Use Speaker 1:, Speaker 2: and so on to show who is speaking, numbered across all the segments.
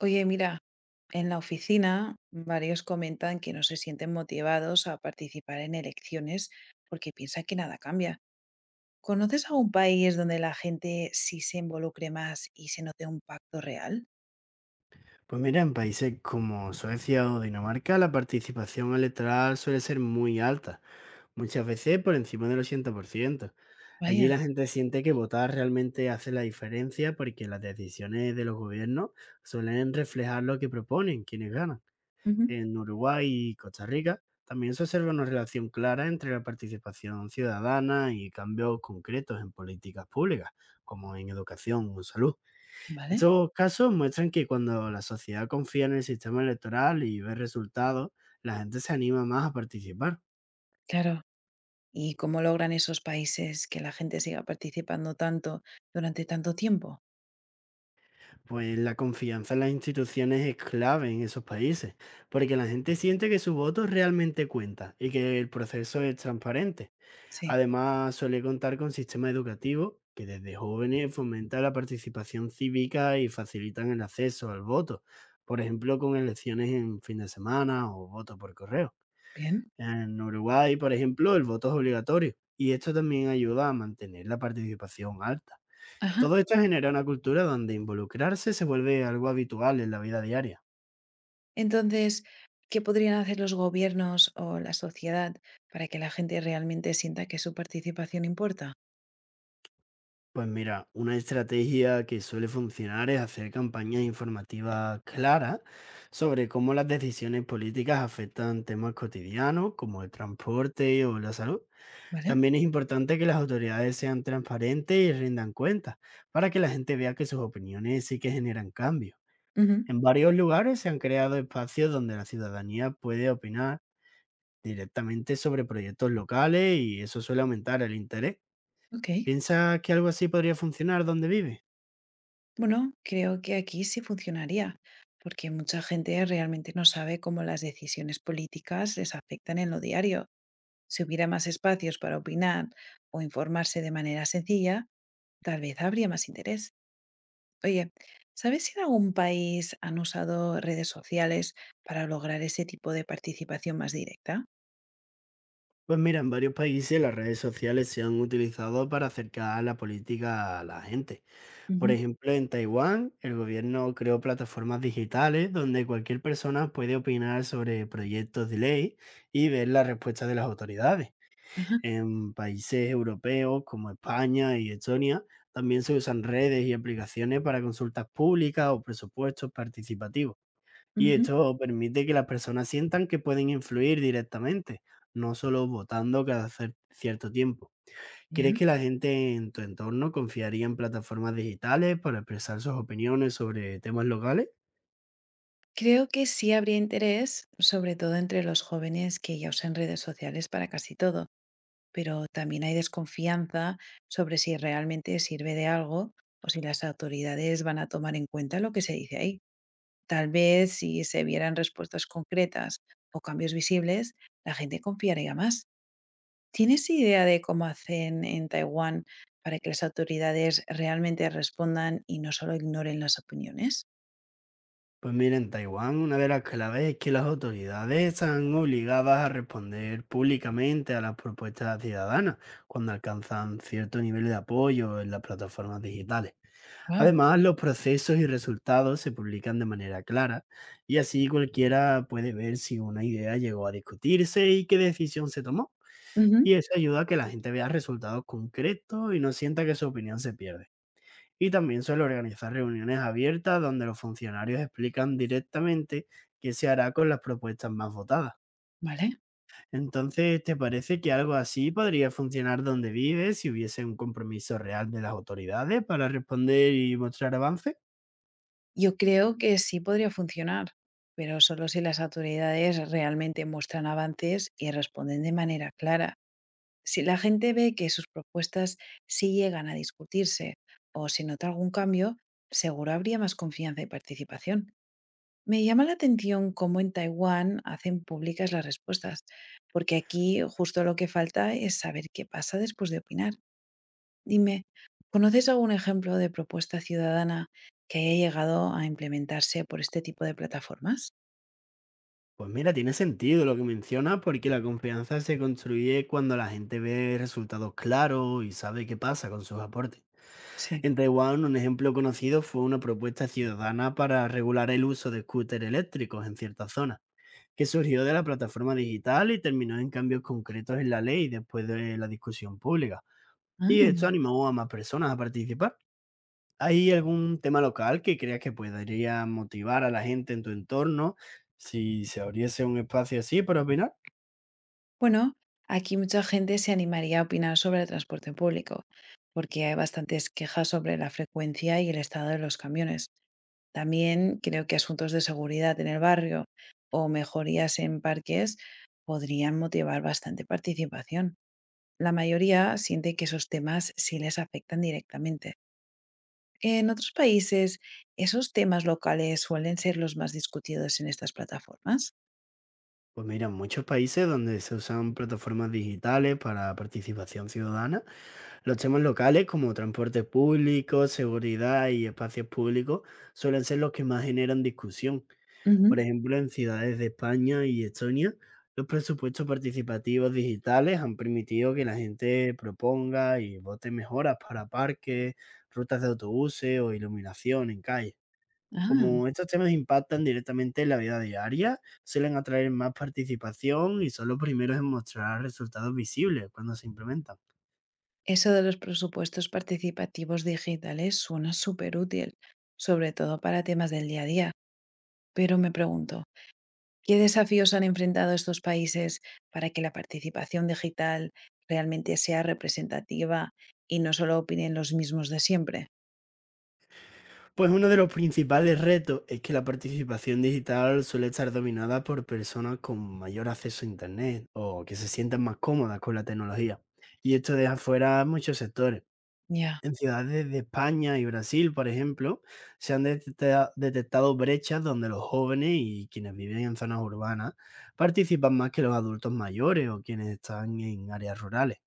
Speaker 1: Oye, mira, en la oficina varios comentan que no se sienten motivados a participar en elecciones porque piensan que nada cambia. ¿Conoces algún país donde la gente sí se involucre más y se note un pacto real?
Speaker 2: Pues mira, en países como Suecia o Dinamarca, la participación electoral suele ser muy alta, muchas veces por encima del 80%. Allí
Speaker 1: Vaya.
Speaker 2: la gente siente que votar realmente hace la diferencia porque las decisiones de los gobiernos suelen reflejar lo que proponen quienes ganan.
Speaker 1: Ujú.
Speaker 2: En Uruguay y Costa Rica también se observa una relación clara entre la participación ciudadana y cambios concretos en políticas públicas, como en educación o salud.
Speaker 1: Vale,
Speaker 2: Estos casos muestran que cuando la sociedad confía en el sistema electoral y ve resultados, la gente se anima más a participar.
Speaker 1: claro. ¿Y cómo logran esos países que la gente siga participando tanto durante tanto tiempo?
Speaker 2: Pues la confianza en las instituciones es clave en esos países, porque la gente siente que su voto realmente cuenta y que el proceso es transparente.
Speaker 1: Sí,
Speaker 2: Además, suele contar con sistemas educativos que desde jóvenes fomentan la participación cívica y facilitan el acceso al voto, por ejemplo, con elecciones en fin de semana o voto por correo.
Speaker 1: bien.
Speaker 2: En Uruguay, por ejemplo, el voto es obligatorio y esto también ayuda a mantener la participación alta.
Speaker 1: Ajá.
Speaker 2: Todo esto genera una cultura donde involucrarse se vuelve algo habitual en la vida diaria.
Speaker 1: Entonces, ¿qué podrían hacer los gobiernos o la sociedad para que la gente realmente sienta que su participación importa?
Speaker 2: Pues mira, una estrategia que suele funcionar es hacer campañas informativas claras sobre cómo las decisiones políticas afectan temas cotidianos como el transporte o la salud.
Speaker 1: ¿Vale?
Speaker 2: También es importante que las autoridades sean transparentes y rindan cuentas para que la gente vea que sus opiniones sí que generan cambio.
Speaker 1: Ujú,
Speaker 2: En varios lugares se han creado espacios donde la ciudadanía puede opinar directamente sobre proyectos locales y eso suele aumentar el interés.
Speaker 1: ok.
Speaker 2: ¿Piensas que algo así podría funcionar donde vives?
Speaker 1: Bueno, creo que aquí sí funcionaría, porque mucha gente realmente no sabe cómo las decisiones políticas les afectan en lo diario. Si hubiera más espacios para opinar o informarse de manera sencilla, tal vez habría más interés. Oye, ¿sabes si en algún país han usado redes sociales para lograr ese tipo de participación más directa?
Speaker 2: Pues mira, en varios países las redes sociales se han utilizado para acercar la política a la gente. Por
Speaker 1: Ujú,
Speaker 2: ejemplo, en Taiwán, el gobierno creó plataformas digitales donde cualquier persona puede opinar sobre proyectos de ley y ver las respuestas de las autoridades.
Speaker 1: ajá,
Speaker 2: En países europeos como España y Estonia también se usan redes y aplicaciones para consultas públicas o presupuestos participativos. Y
Speaker 1: ujú,
Speaker 2: esto permite que las personas sientan que pueden influir directamente, no solo votando cada cierto tiempo. ¿Crees
Speaker 1: bien.
Speaker 2: que la gente en tu entorno confiaría en plataformas digitales para expresar sus opiniones sobre temas locales?
Speaker 1: Creo que sí habría interés, sobre todo entre los jóvenes que ya usan redes sociales para casi todo, pero también hay desconfianza sobre si realmente sirve de algo o si las autoridades van a tomar en cuenta lo que se dice ahí. Tal vez si se vieran respuestas concretas o cambios visibles, la gente confiaría más. ¿Tienes idea de cómo hacen en Taiwán para que las autoridades realmente respondan y no solo ignoren las opiniones?
Speaker 2: Pues mira, en Taiwán una de las claves es que las autoridades están obligadas a responder públicamente a las propuestas ciudadanas cuando alcanzan cierto nivel de apoyo en las plataformas digitales.
Speaker 1: Wow,
Speaker 2: Además, los procesos y resultados se publican de manera clara y así cualquiera puede ver si una idea llegó a discutirse y qué decisión se tomó. Y eso ayuda a que la gente vea resultados concretos y no sienta que su opinión se pierda, y también suele organizar reuniones abiertas donde los funcionarios explican directamente qué se hará con las propuestas más votadas.
Speaker 1: vale.
Speaker 2: Entonces, ¿te parece que algo así podría funcionar donde vives si hubiese un compromiso real de las autoridades para responder y mostrar avances?
Speaker 1: Yo creo que sí podría funcionar, pero solo si las autoridades realmente muestran avances y responden de manera clara. Si la gente ve que sus propuestas sí llegan a discutirse o se nota algún cambio, seguro habría más confianza y participación. Me llama la atención cómo en Taiwán hacen públicas las respuestas, porque aquí justo lo que falta es saber qué pasa después de opinar. Dime, ¿conoces algún ejemplo de propuesta ciudadana que haya llegado a implementarse por este tipo de plataformas?
Speaker 2: Pues mira, tiene sentido lo que mencionas porque la confianza se construye cuando la gente ve resultados claros y sabe qué pasa con sus aportes.
Speaker 1: Sí.
Speaker 2: En Taiwán, un ejemplo conocido fue una propuesta ciudadana para regular el uso de scooters eléctricos en ciertas zonas, que surgió de la plataforma digital y terminó en cambios concretos en la ley después de la discusión pública. Y
Speaker 1: Ah.
Speaker 2: esto animó a más personas a participar. ¿Hay algún tema local que creas que podría motivar a la gente en tu entorno si se abriese un espacio así para opinar?
Speaker 1: Bueno, aquí mucha gente se animaría a opinar sobre el transporte público, porque hay bastantes quejas sobre la frecuencia y el estado de los camiones. También creo que asuntos de seguridad en el barrio o mejorías en parques podrían motivar bastante participación. La mayoría siente que esos temas sí les afectan directamente. En otros países, esos temas locales suelen ser los más discutidos en estas plataformas.
Speaker 2: Pues mira, en muchos países donde se usan plataformas digitales para participación ciudadana, los temas locales como transporte público, seguridad y espacios públicos suelen ser los que más generan discusión. Por
Speaker 1: Ujú.
Speaker 2: ejemplo, en ciudades de España y Estonia, los presupuestos participativos digitales han permitido que la gente proponga y vote mejoras para parques, rutas de autobuses o iluminación en calles.
Speaker 1: Ah.
Speaker 2: Como estos temas impactan directamente en la vida diaria, suelen atraer más participación y son los primeros en mostrar resultados visibles cuando se implementan.
Speaker 1: Eso de los presupuestos participativos digitales suena súper útil, sobre todo para temas del día a día. Pero me pregunto, ¿qué desafíos han enfrentado estos países para que la participación digital realmente sea representativa y no solo opinen los mismos de siempre?
Speaker 2: Pues uno de los principales retos es que la participación digital suele estar dominada por personas con mayor acceso a Internet o que se sientan más cómodas con la tecnología. Y esto deja fuera a muchos sectores.
Speaker 1: Ya,
Speaker 2: En ciudades de España y Brasil, por ejemplo, se han detectado brechas donde los jóvenes y quienes viven en zonas urbanas participan más que los adultos mayores o quienes están en áreas rurales.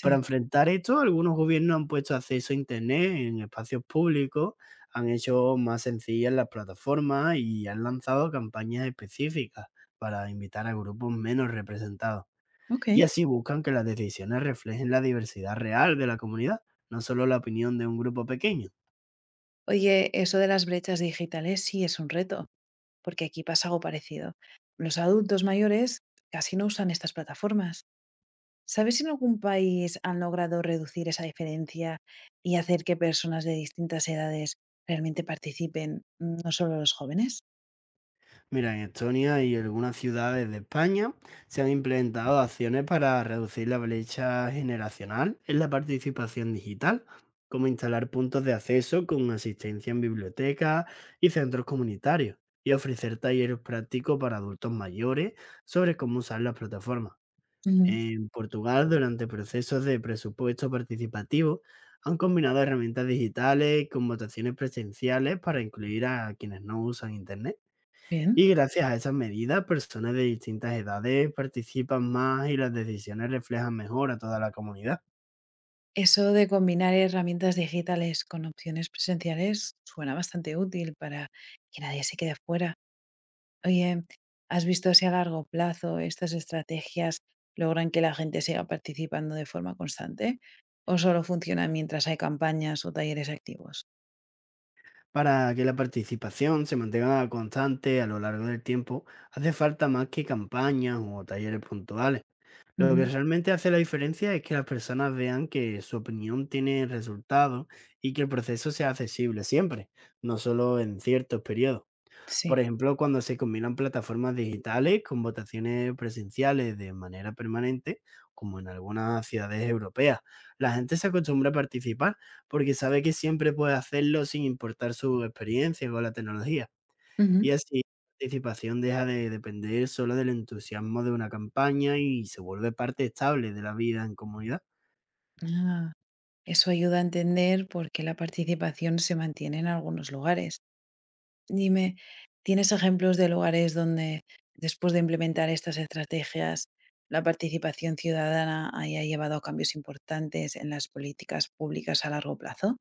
Speaker 2: Para enfrentar esto, algunos gobiernos han puesto acceso a Internet en espacios públicos, han hecho más sencillas las plataformas y han lanzado campañas específicas para invitar a grupos menos representados.
Speaker 1: Ok.
Speaker 2: Y así buscan que las decisiones reflejen la diversidad real de la comunidad, no solo la opinión de un grupo pequeño.
Speaker 1: Oye, eso de las brechas digitales sí es un reto, porque aquí pasa algo parecido. Los adultos mayores casi no usan estas plataformas. ¿Sabes si en algún país han logrado reducir esa diferencia y hacer que personas de distintas edades realmente participen, no solo los jóvenes?
Speaker 2: Mira, en Estonia y algunas ciudades de España se han implementado acciones para reducir la brecha generacional en la participación digital, como instalar puntos de acceso con asistencia en bibliotecas y centros comunitarios, y ofrecer talleres prácticos para adultos mayores sobre cómo usar las plataformas.
Speaker 1: Ujú,
Speaker 2: En Portugal, durante procesos de presupuesto participativo, han combinado herramientas digitales con votaciones presenciales para incluir a quienes no usan Internet.
Speaker 1: bien.
Speaker 2: Y gracias a esas medidas, personas de distintas edades participan más y las decisiones reflejan mejor a toda la comunidad.
Speaker 1: Eso de combinar herramientas digitales con opciones presenciales suena bastante útil para que nadie se quede fuera. Oye, ¿has visto si a largo plazo estas estrategias logran que la gente siga participando de forma constante? ¿O solo funciona mientras hay campañas o talleres activos?
Speaker 2: Para que la participación se mantenga constante a lo largo del tiempo, hace falta más que campañas o talleres puntuales. Lo que
Speaker 1: Ujú,
Speaker 2: realmente hace la diferencia es que las personas vean que su opinión tiene resultados y que el proceso sea accesible siempre, no solo en ciertos periodos.
Speaker 1: sí.
Speaker 2: Por ejemplo, cuando se combinan plataformas digitales con votaciones presenciales de manera permanente, como en algunas ciudades europeas, la gente se acostumbra a participar porque sabe que siempre puede hacerlo sin importar su experiencia con la tecnología. Y
Speaker 1: Ujú.
Speaker 2: así la participación deja de depender solo del entusiasmo de una campaña y se vuelve parte estable de la vida en comunidad.
Speaker 1: Ah, eso ayuda a entender por qué la participación se mantiene en algunos lugares. Dime, ¿tienes ejemplos de lugares donde después de implementar estas estrategias, la participación ciudadana haya llevado a cambios importantes en las políticas públicas a largo plazo?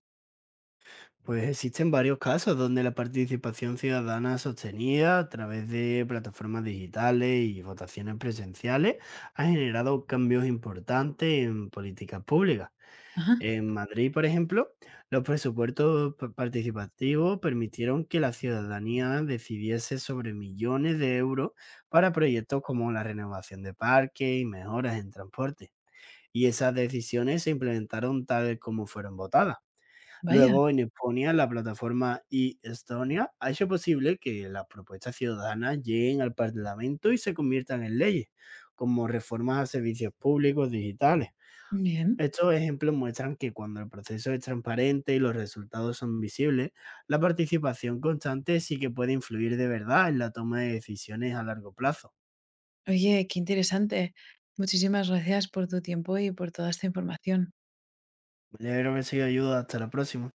Speaker 2: Pues existen varios casos donde la participación ciudadana sostenida a través de plataformas digitales y votaciones presenciales ha generado cambios importantes en políticas públicas.
Speaker 1: Ajá,
Speaker 2: En Madrid, por ejemplo, los presupuestos participativos permitieron que la ciudadanía decidiese sobre millones de euros para proyectos como la renovación de parques y mejoras en transporte. Y esas decisiones se implementaron tal como fueron votadas.
Speaker 1: vaya,
Speaker 2: Luego, en Eponia, la plataforma y Estonia ha hecho posible que las propuestas ciudadanas lleguen al Parlamento y se conviertan en leyes, como reformas a servicios públicos digitales.
Speaker 1: bien.
Speaker 2: Estos ejemplos muestran que cuando el proceso es transparente y los resultados son visibles, la participación constante sí que puede influir de verdad en la toma de decisiones a largo plazo.
Speaker 1: Oye, qué interesante. Muchísimas gracias por tu tiempo y por toda esta información.
Speaker 2: Me alegro que sido ayuda. Hasta la próxima.